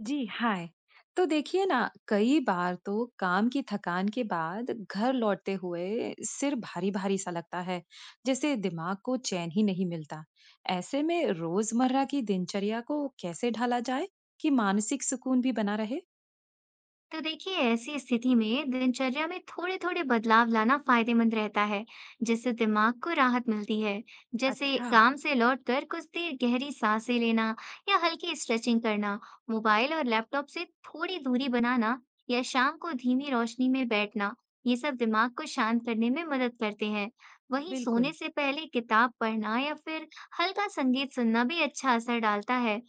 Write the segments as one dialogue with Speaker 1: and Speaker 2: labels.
Speaker 1: जी, हाय। तो देखिए ना, कई बार तो काम की थकान के बाद घर लौटते हुए सिर भारी-भारी सा लगता है, जैसे दिमाग को चैन ही नहीं मिलता। ऐसे में रोजमर्रा की दिनचर्या को कैसे ढाला जाए कि मानसिक सुकून भी बना रहे?
Speaker 2: तो देखिए ऐसी स्थिति में दिनचर्या में थोड़े थोड़े बदलाव लाना फायदेमंद रहता है जिससे दिमाग को राहत मिलती है। जैसे
Speaker 1: अच्छा।
Speaker 2: काम से लौटकर कुछ देर गहरी सांसें लेना या हल्की स्ट्रेचिंग करना, मोबाइल और लैपटॉप से थोड़ी दूरी बनाना या शाम को धीमी रोशनी में बैठना, ये सब दिमाग को शांत करने में मदद करते हैं। वहीं
Speaker 1: बिल्कुल।
Speaker 2: सोने से पहले किताब पढ़ना या फिर हल्का संगीत सुनना भी अच्छा असर डालता है।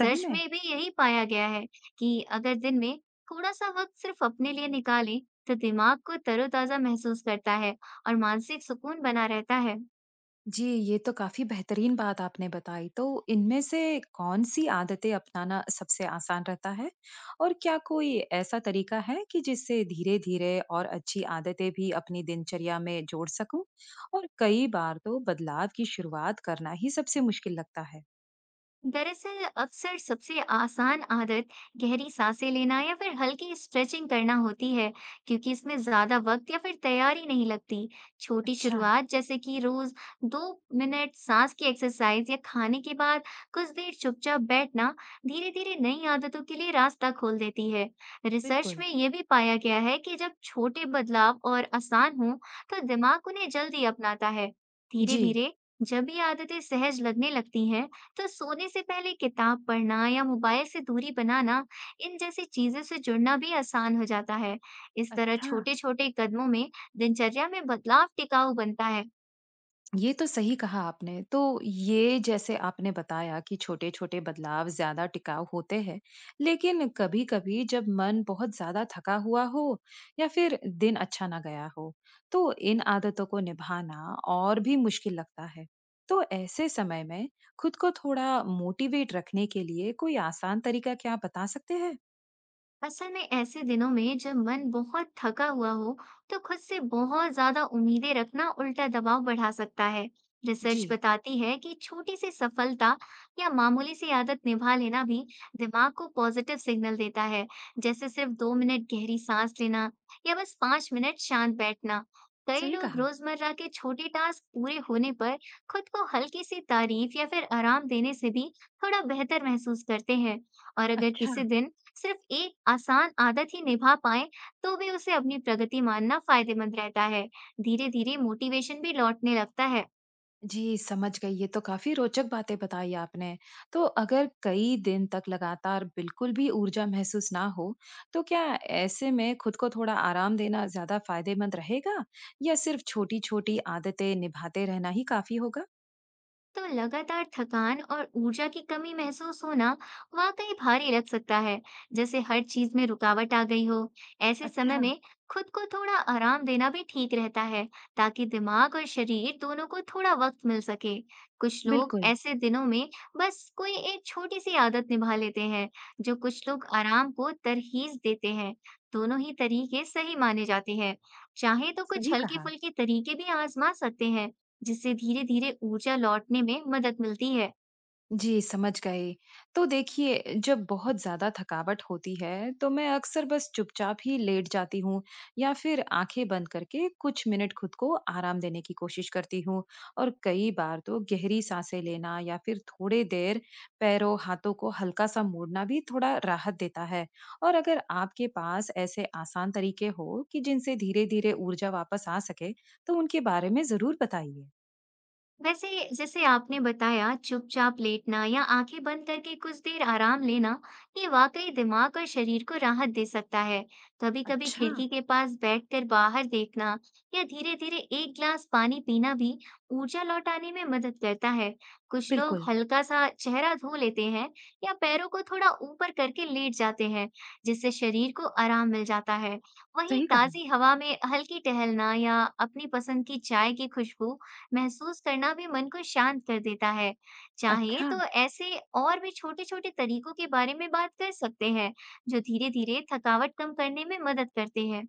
Speaker 1: सही में।
Speaker 2: में भी यही पाया गया है कि अगर दिन में थोड़ा सा वक्त सिर्फ अपने लिए निकालें, तो दिमाग को तरोताजा महसूस करता है और मानसिक सुकून बना रहता है।
Speaker 1: जी, ये तो काफ़ी बेहतरीन बात आपने बताई। तो इनमें से कौन-सी आदतें अपनाना सबसे आसान रहता है? और क्या कोई ऐसा तरीका है कि जिससे धीरे-धीरे और अच्छी आदतें भी अपनी दिनचर्या में जोड़ सकूँ? और कई बार तो बदलाव की शुरुआत करना ही सबसे मुश्किल लगता है।
Speaker 2: दरअसल अक्सर सबसे आसान आदत गहरी सांसें लेना या फिर हल्की स्ट्रेचिंग करना होती है, क्योंकि इसमें ज्यादा वक्त या फिर तैयारी नहीं लगती। छोटी
Speaker 1: अच्छा,
Speaker 2: शुरुआत, जैसे कि रोज 2 मिनट सांस की एक्सरसाइज या खाने के बाद कुछ देर चुपचाप बैठना, धीरे-धीरे नई आदतों के लिए रास्ता खोल देती है। रिसर्च
Speaker 1: बिल्कुल।
Speaker 2: में ये भी पाया गया है कि जब छोटे बदलाव और आसान हों, तो दिमाग उन्हें जल्दी अपनाता है।
Speaker 1: जी।
Speaker 2: धीरे-धीरे जब ये आदतें सहज लगने लगती हैं, तो सोने से पहले किताब पढ़ना या मोबाइल से दूरी बनाना, इन जैसी चीज़ों से जुड़ना भी आसान हो जाता है। इस तरह
Speaker 1: अच्छा।
Speaker 2: छोटे-छोटे कदमों में दिनचर्या में बदलाव टिकाऊ बनता है।
Speaker 1: ये तो सही कहा आपने। तो ये जैसे आपने बताया कि छोटे-छोटे बदलाव ज़्यादा टिकाऊ होते हैं, लेकिन कभी-कभी जब मन बहुत ज़्यादा थका हुआ हो या फिर दिन अच्छा ना गया हो, तो इन आदतों को निभाना और भी मुश्किल लगता है। तो ऐसे समय में खुद को थोड़ा मोटिवेट रखने के लिए कोई आसान तरीका क्या आप बता सकते हैं?
Speaker 2: असल में ऐसे दिनों में जब मन बहुत थका हुआ हो, तो खुद से बहुत ज्यादा उम्मीदें रखना उल्टा दबाव बढ़ा सकता है। रिसर्च
Speaker 1: जी,
Speaker 2: बताती है कि छोटी सी सफलता या मामूली सी आदत निभा लेना भी दिमाग को पॉजिटिव सिग्नल देता है, जैसे सिर्फ 2 मिनट गहरी सांस लेना या बस 5 मिनट शांत बैठना। कई
Speaker 1: सही
Speaker 2: लोग
Speaker 1: कहा।
Speaker 2: रोजमर्रा के छोटे टास्क पूरे होने पर खुद को हल्की सी तारीफ या फिर आराम देने से भी थोड़ा बेहतर महसूस करते हैं। और अगर
Speaker 1: अच्छा।
Speaker 2: किसी दिन सिर्फ एक आसान आदत ही निभा पाएं, तो भी उसे अपनी प्रगति मानना फायदेमंद रहता है। धीरे-धीरे मोटिवेशन भी लौटने लगता है।
Speaker 1: जी, समझ गई। ये तो काफ़ी रोचक बातें बताई आपने। तो अगर कई दिन तक लगातार बिल्कुल भी ऊर्जा महसूस ना हो, तो क्या ऐसे में खुद को थोड़ा आराम देना ज़्यादा फ़ायदेमंद रहेगा या सिर्फ़ छोटी-छोटी आदतें निभाते रहना ही काफ़ी होगा?
Speaker 2: तो लगातार थकान और ऊर्जा की कमी महसूस होना वाकई भारी लग सकता है, जैसे हर चीज में रुकावट आ गई हो। ऐसे समय
Speaker 1: अच्छा,
Speaker 2: में खुद को थोड़ा आराम देना भी ठीक रहता है, ताकि दिमाग और शरीर दोनों को थोड़ा वक्त मिल सके। कुछ लोग
Speaker 1: बिल्कुल,
Speaker 2: ऐसे दिनों में बस कोई एक छोटी सी आदत निभा लेते हैं, जो कुछ लोग आराम को तरहीज देते हैं। दोनों ही तरीके सही माने जाते हैं। चाहे तो कुछ
Speaker 1: सही
Speaker 2: हल्की
Speaker 1: कहा।
Speaker 2: फुल्की तरीके भी आजमा सकते हैं, जिससे धीरे-धीरे ऊर्जा लौटने में मदद मिलती है।
Speaker 1: जी, समझ गई। तो देखिए, जब बहुत ज़्यादा थकावट होती है, तो मैं अक्सर बस चुपचाप ही लेट जाती हूँ या फिर आँखें बंद करके कुछ मिनट खुद को आराम देने की कोशिश करती हूँ। और कई बार तो गहरी साँसें लेना या फिर थोड़ी देर पैरों, हाथों को हल्का-सा मोड़ना भी थोड़ा राहत देता है। और अगर आपके पास ऐसे आसान तरीके हो कि जिनसे धीरे-धीरे ऊर्जा वापस आ सके, तो उनके बारे में ज़रूर बताइए।
Speaker 2: वैसे, जैसे आपने बताया, चुपचाप लेटना या आंखें बंद करके कुछ देर आराम लेना, ये वाकई दिमाग और शरीर को राहत दे सकता है। कभी कभी
Speaker 1: अच्छा,
Speaker 2: खिड़की के पास बैठकर बाहर देखना या धीरे धीरे एक गिलास पानी पीना भी ऊर्जा लौटाने में मदद करता है। कुछ लोग
Speaker 1: बिल्कुल,
Speaker 2: हल्का सा चेहरा धो लेते हैं या पैरों को थोड़ा ऊपर करके लेट जाते हैं, जिससे शरीर को आराम मिल जाता है। वहीं
Speaker 1: सही कहा।
Speaker 2: ताजी हवा में हल्की टहलना या अपनी पसंद की चाय की खुशबू महसूस करना भी मन को शांत कर देता है। चाहे
Speaker 1: अच्छा।
Speaker 2: तो ऐसे और भी छोटे-छोटे तरीकों के बारे में बात कर सकते हैं, जो धीरे-धीरे थकावट कम करने में मदद करते हैं।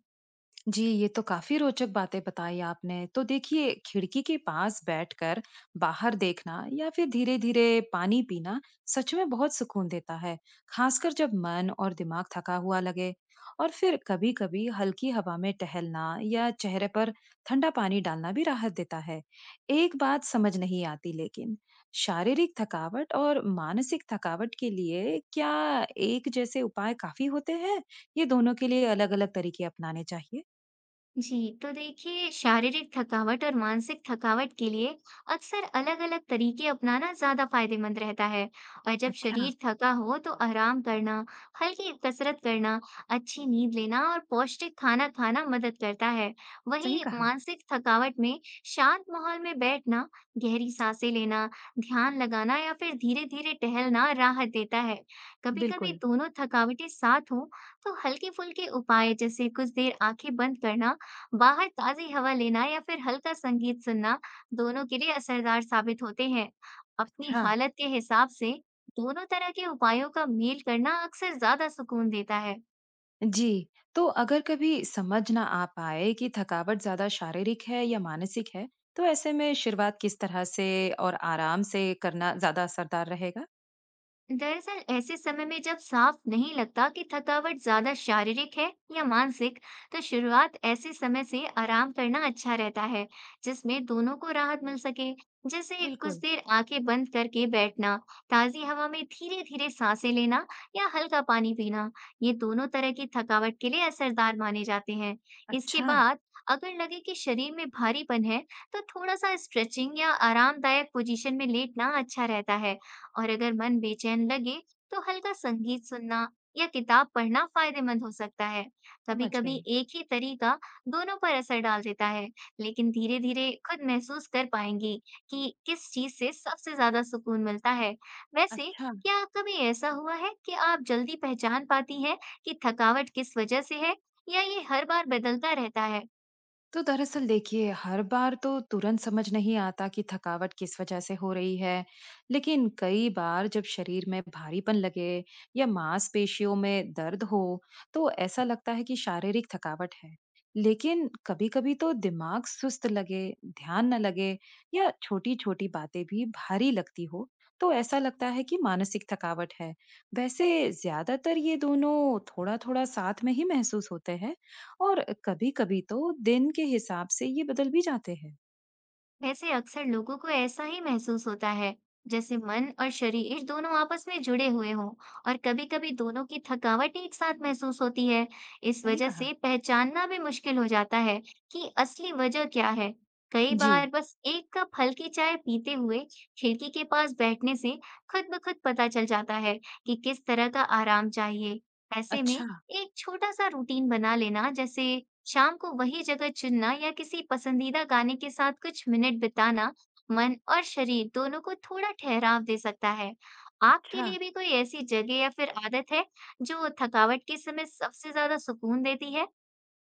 Speaker 1: जी, ये तो काफ़ी रोचक बातें बताई आपने। तो देखिए, खिड़की के पास बैठकर बाहर देखना या फिर धीरे-धीरे पानी पीना सच में बहुत सुकून देता है, खासकर जब मन और दिमाग थका हुआ लगे। और फिर कभी-कभी हल्की हवा में टहलना या चेहरे पर ठंडा पानी डालना भी राहत देता है। एक बात समझ नहीं आती लेकिन, शारीरिक थकावट और मानसिक थकावट के लिए क्या एक जैसे उपाय काफ़ी होते हैं? या दोनों के लिए अलग-अलग तरीके अपनाने चाहिए?
Speaker 2: जी, तो देखिए, शारीरिक थकावट और मानसिक थकावट के लिए अक्सर अलग-अलग तरीके अपनाना ज्यादा फायदेमंद रहता है। और जब
Speaker 1: अच्छा,
Speaker 2: शरीर थका हो तो आराम करना, हल्की कसरत करना, अच्छी नींद लेना और पौष्टिक खाना खाना मदद करता है।
Speaker 1: सही
Speaker 2: वहीं
Speaker 1: कहा,
Speaker 2: मानसिक थकावट में शांत माहौल में बैठना, गहरी सांसें लेना, ध्यान लगाना या फिर धीरे-धीरे टहलना राहत देता है। कभी-कभी
Speaker 1: बिल्कुल।
Speaker 2: दोनों थकावटें साथ हों, तो हल्के फुल्के उपाय, जैसे कुछ देर आंखें बंद करना, बाहर ताज़ी हवा लेना या फिर हल्का संगीत सुनना, दोनों के लिए असरदार साबित होते हैं। अपनी
Speaker 1: अच्छा,
Speaker 2: हालत के हिसाब से दोनों तरह के उपायों का मेल करना अक्सर ज़्यादा सुकून देता है।
Speaker 1: जी, तो अगर कभी समझ ना आ पाए कि थकावट ज़्यादा शारीरिक है या मानसिक है, तो ऐसे में शुरुआत किस तरह से और आराम से करना ज़्यादा असरदार रहेगा?
Speaker 2: दरअसल ऐसे समय में जब साफ नहीं लगता कि थकावट ज्यादा शारीरिक है या मानसिक, तो शुरुआत ऐसे समय से आराम करना अच्छा रहता है, जिसमें दोनों को राहत मिल सके। जैसे कुछ
Speaker 1: बिल्कुल,
Speaker 2: देर आंखें बंद करके बैठना, ताजी हवा में धीरे-धीरे सांसें लेना या हल्का पानी पीना, ये दोनों तरह की थकावट के लिए असरदार माने जाते हैं। इसके
Speaker 1: अच्छा,
Speaker 2: बाद अगर लगे कि शरीर में भारीपन है, तो थोड़ा सा स्ट्रेचिंग या आरामदायक पोजीशन में लेटना अच्छा रहता है। और अगर मन बेचैन लगे, तो हल्का संगीत सुनना या किताब पढ़ना फायदेमंद हो सकता है।
Speaker 1: समझ
Speaker 2: कभी-कभी
Speaker 1: गई।
Speaker 2: एक ही तरीका दोनों पर असर डाल देता है, लेकिन धीरे-धीरे खुद महसूस कर पाएंगी कि किस चीज़ से सबसे ज़्यादा सुकून मिलता है। वैसे,
Speaker 1: अच्छा।
Speaker 2: क्या कभी ऐसा हुआ है कि आप जल्दी पहचान पाती हैं कि थकावट किस वजह से है, या ये हर बार बदलता रहता है?
Speaker 1: तो दरअसल देखिए हर बार तो तुरंत समझ नहीं आता कि थकावट किस वजह से हो रही है, लेकिन कई बार जब शरीर में भारीपन लगे या मांसपेशियों में दर्द हो, तो ऐसा लगता है कि शारीरिक थकावट है। लेकिन कभी-कभी तो दिमाग सुस्त लगे, ध्यान न लगे या छोटी-छोटी बातें भी भारी लगती हो, तो ऐसा लगता है कि मानसिक थकावट है। वैसे ज्यादातर ये दोनों थोड़ा-थोड़ा साथ में ही महसूस होते हैं। और कभी-कभी तो दिन के हिसाब से ये बदल भी जाते हैं।
Speaker 2: वैसे अक्सर लोगों को ऐसा ही महसूस होता है, जैसे मन और शरीर दोनों आपस में जुड़े हुए हों, और कभी-कभी दोनों की थकावट एक साथ महसूस होती है। इस
Speaker 1: सही
Speaker 2: वजह
Speaker 1: कहा।
Speaker 2: से पहचानना भी मुश्किल हो जाता है कि असली वजह क्या है। कई
Speaker 1: जी।
Speaker 2: बार बस एक कप हल्की चाय पीते हुए खिड़की के पास बैठने से खुद ब खुद पता चल जाता है कि किस तरह का आराम चाहिए। ऐसे में
Speaker 1: अच्छा,
Speaker 2: एक छोटा सा रूटीन बना लेना, जैसे शाम को वही जगह चुनना या किसी पसंदीदा गाने के साथ कुछ मिनट बिताना, मन और शरीर दोनों को थोड़ा ठहराव दे सकता है। आपके
Speaker 1: अच्छा।
Speaker 2: लिए भी कोई ऐसी जगह या फिर आदत है, जो थकावट के समय सबसे ज्यादा सुकून देती है?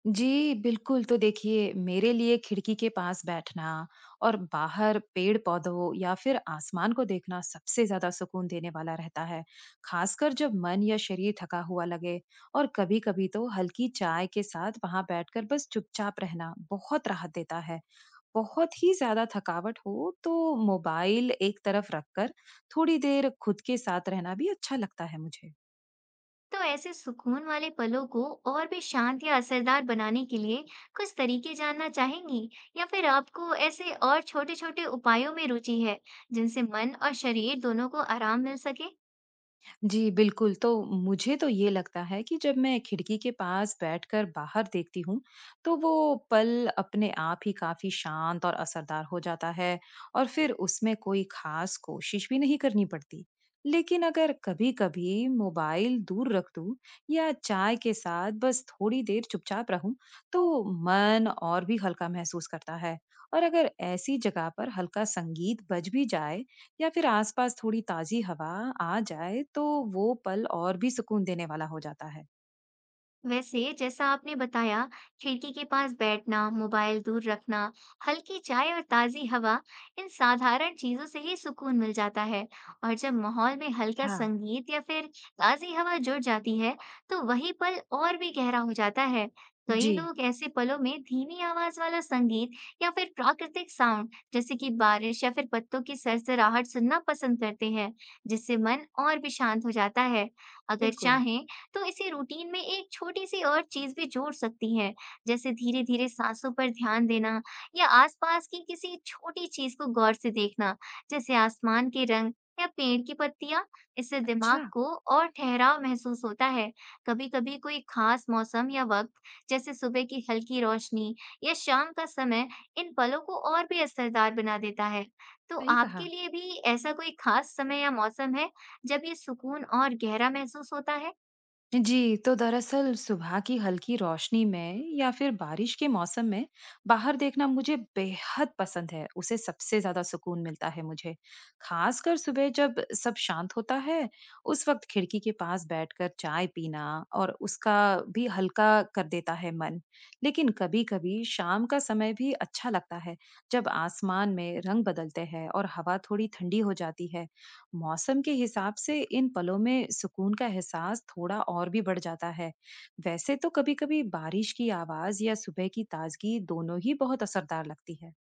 Speaker 1: जी, बिल्कुल। तो देखिए, मेरे लिए खिड़की के पास बैठना और बाहर पेड़-पौधों या फिर आसमान को देखना सबसे ज़्यादा सुकून देने वाला रहता है, खासकर जब मन या शरीर थका हुआ लगे। और कभी-कभी तो हल्की चाय के साथ वहाँ बैठकर बस चुपचाप रहना बहुत राहत देता है। बहुत ही ज़्यादा थकावट हो, तो मोबाइल एक तरफ रखकर थोड़ी देर खुद के साथ रहना भी अच्छा लगता है मुझे।
Speaker 2: तो ऐसे सुकून वाले पलों को और भी शांत या असरदार बनाने के लिए कुछ तरीके जानना चाहेंगी, या फिर आपको ऐसे और छोटे-छोटे उपायों में रुचि है, जिनसे मन और शरीर दोनों को आराम मिल सके?
Speaker 1: जी, बिल्कुल। तो मुझे तो ये लगता है कि जब मैं खिड़की के पास बैठकर बाहर देखती हूँ, तो वो पल अपने आप ही काफ़ी शांत और असरदार हो जाता है और फिर उसमें कोई ख़ास कोशिश भी नहीं करनी पड़ती। लेकिन अगर कभी-कभी मोबाइल दूर रख दूँ या चाय के साथ बस थोड़ी देर चुपचाप रहूँ, तो मन और भी हल्का महसूस करता है और अगर ऐसी जगह पर हल्का संगीत बज भी जाए, या फिर आसपास थोड़ी ताजी हवा आ जाए तो वो पल और भी सुकून देने वाला हो जाता है।
Speaker 2: वैसे, जैसा आपने बताया, खिड़की के पास बैठना, मोबाइल दूर रखना, हल्की चाय और ताज़ी हवा, इन साधारण चीज़ों से ही सुकून मिल जाता है। और जब माहौल में हल्का
Speaker 1: अच्छा।
Speaker 2: संगीत या फिर ताज़ी हवा जुड़ जाती है, तो वही पल और भी गहरा हो जाता है। कई
Speaker 1: जी।
Speaker 2: लोग ऐसे पलों में धीमी आवाज वाला संगीत या फिर प्राकृतिक साउंड, जैसे कि बारिश या फिर पत्तों की सरसराहट सुनना पसंद करते हैं, जिससे मन और भी शांत हो जाता है। अगर
Speaker 1: बिल्कुल।
Speaker 2: चाहें तो इसी रूटीन में एक छोटी-सी और चीज़ भी जोड़ सकती हैं, जैसे धीरे-धीरे साँसों पर ध्यान देना या आसपास की किसी छोटी चीज़ को गौर से देखना, जैसे आसमान के रंग या पेड़ की पत्तियाँ। इससे दिमाग
Speaker 1: अच्छा।
Speaker 2: को और ठहराव महसूस होता है। कभी-कभी कोई खास मौसम या वक़्त, जैसे सुबह की हल्की रोशनी या शाम का समय, इन पलों को और भी असरदार बना देता है। तो
Speaker 1: सही कहा।
Speaker 2: आपके लिए भी ऐसा कोई खास समय या मौसम है, जब ये सुकून और गहरा महसूस होता है?
Speaker 1: जी, तो दरअसल सुबह की हल्की रोशनी में या फिर बारिश के मौसम में बाहर देखना मुझे बेहद पसंद है। उसे सबसे ज्यादा सुकून मिलता है मुझे। खासकर सुबह जब सब शांत होता है, उस वक्त खिड़की के पास बैठकर चाय पीना और उसका भी हल्का कर देता है मन। लेकिन कभी-कभी शाम का समय भी अच्छा लगता है, जब आसमान में रंग बदलते हैं और हवा थोड़ी ठंडी हो जाती है। मौसम के हिसाब से इन पलों में सुकून का एहसास थोड़ा और भी बढ़ जाता है। वैसे तो कभी-कभी बारिश की आवाज या सुबह की ताजगी दोनों ही बहुत असरदार लगती है।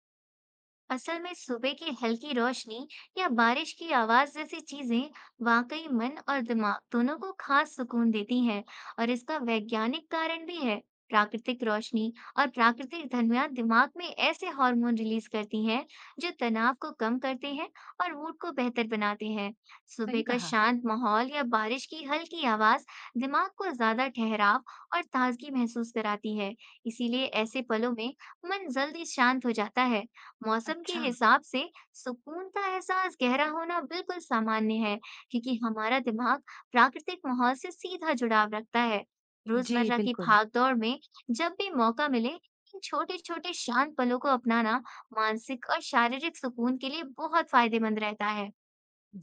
Speaker 2: असल में सुबह की हल्की रोशनी या बारिश की आवाज जैसी चीजें वाकई मन और दिमाग दोनों को खास सुकून देती हैं, और इसका वैज्ञानिक कारण भी है। प्राकृतिक रोशनी और प्राकृतिक धनिया दिमाग में ऐसे हार्मोन रिलीज करती हैं, जो तनाव को कम करते हैं और मूड को बेहतर बनाते हैं। सुबह
Speaker 1: सही
Speaker 2: का
Speaker 1: कहा।
Speaker 2: शांत माहौल या बारिश की हल्की आवाज दिमाग को ज्यादा ठहराव और ताजगी महसूस कराती है। इसीलिए ऐसे पलों में मन जल्दी शांत हो जाता है। मौसम के
Speaker 1: अच्छा।
Speaker 2: हिसाब से सुकून का एहसास गहरा होना बिल्कुल सामान्य है, क्योंकि हमारा दिमाग प्राकृतिक माहौल से सीधा जुड़ाव रखता है।
Speaker 1: जी
Speaker 2: रोजमर्रा की
Speaker 1: बिल्कुल।
Speaker 2: भागदौड़ में जब भी मौका मिले, इन छोटे-छोटे शांत पलों को अपनाना मानसिक और शारीरिक सुकून के लिए बहुत फायदेमंद रहता है।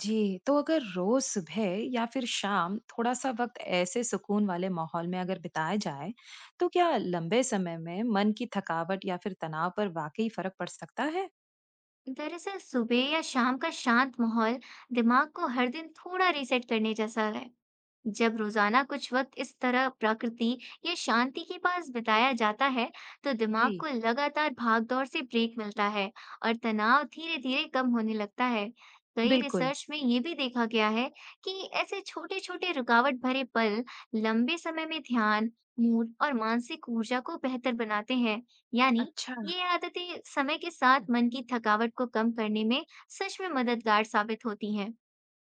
Speaker 1: जी, तो अगर रोज सुबह या फिर शाम थोड़ा सा वक्त ऐसे सुकून वाले माहौल में अगर बिताया जाए तो क्या लंबे समय में मन की थकावट या फिर तनाव पर वाकई फर्क पड़ सकता है?
Speaker 2: दरअसल सुबह या शाम का शांत माहौल दिमाग को हर दिन थोड़ा रीसेट करने जैसा है। जब रोजाना कुछ वक्त इस तरह प्रकृति या शांति के पास बिताया जाता है, तो दिमाग
Speaker 1: जी।
Speaker 2: को लगातार भागदौड़ से ब्रेक मिलता है और तनाव धीरे-धीरे कम होने लगता है। कई
Speaker 1: बिल्कुल।
Speaker 2: रिसर्च में ये भी देखा गया है कि ऐसे छोटे-छोटे रुकावट भरे पल लंबे समय में ध्यान, मूड और मानसिक ऊर्जा को बेहतर बनाते हैं। यानी
Speaker 1: अच्छा।
Speaker 2: ये आदतें समय के साथ मन की थकावट को कम करने में सच में मददगार साबित होती हैं।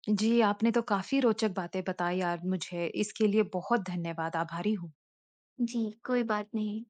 Speaker 1: जी, आपने तो काफ़ी रोचक बातें बताई यार मुझे। इसके लिए बहुत धन्यवाद, आभारी हूँ।
Speaker 2: जी, कोई बात नहीं।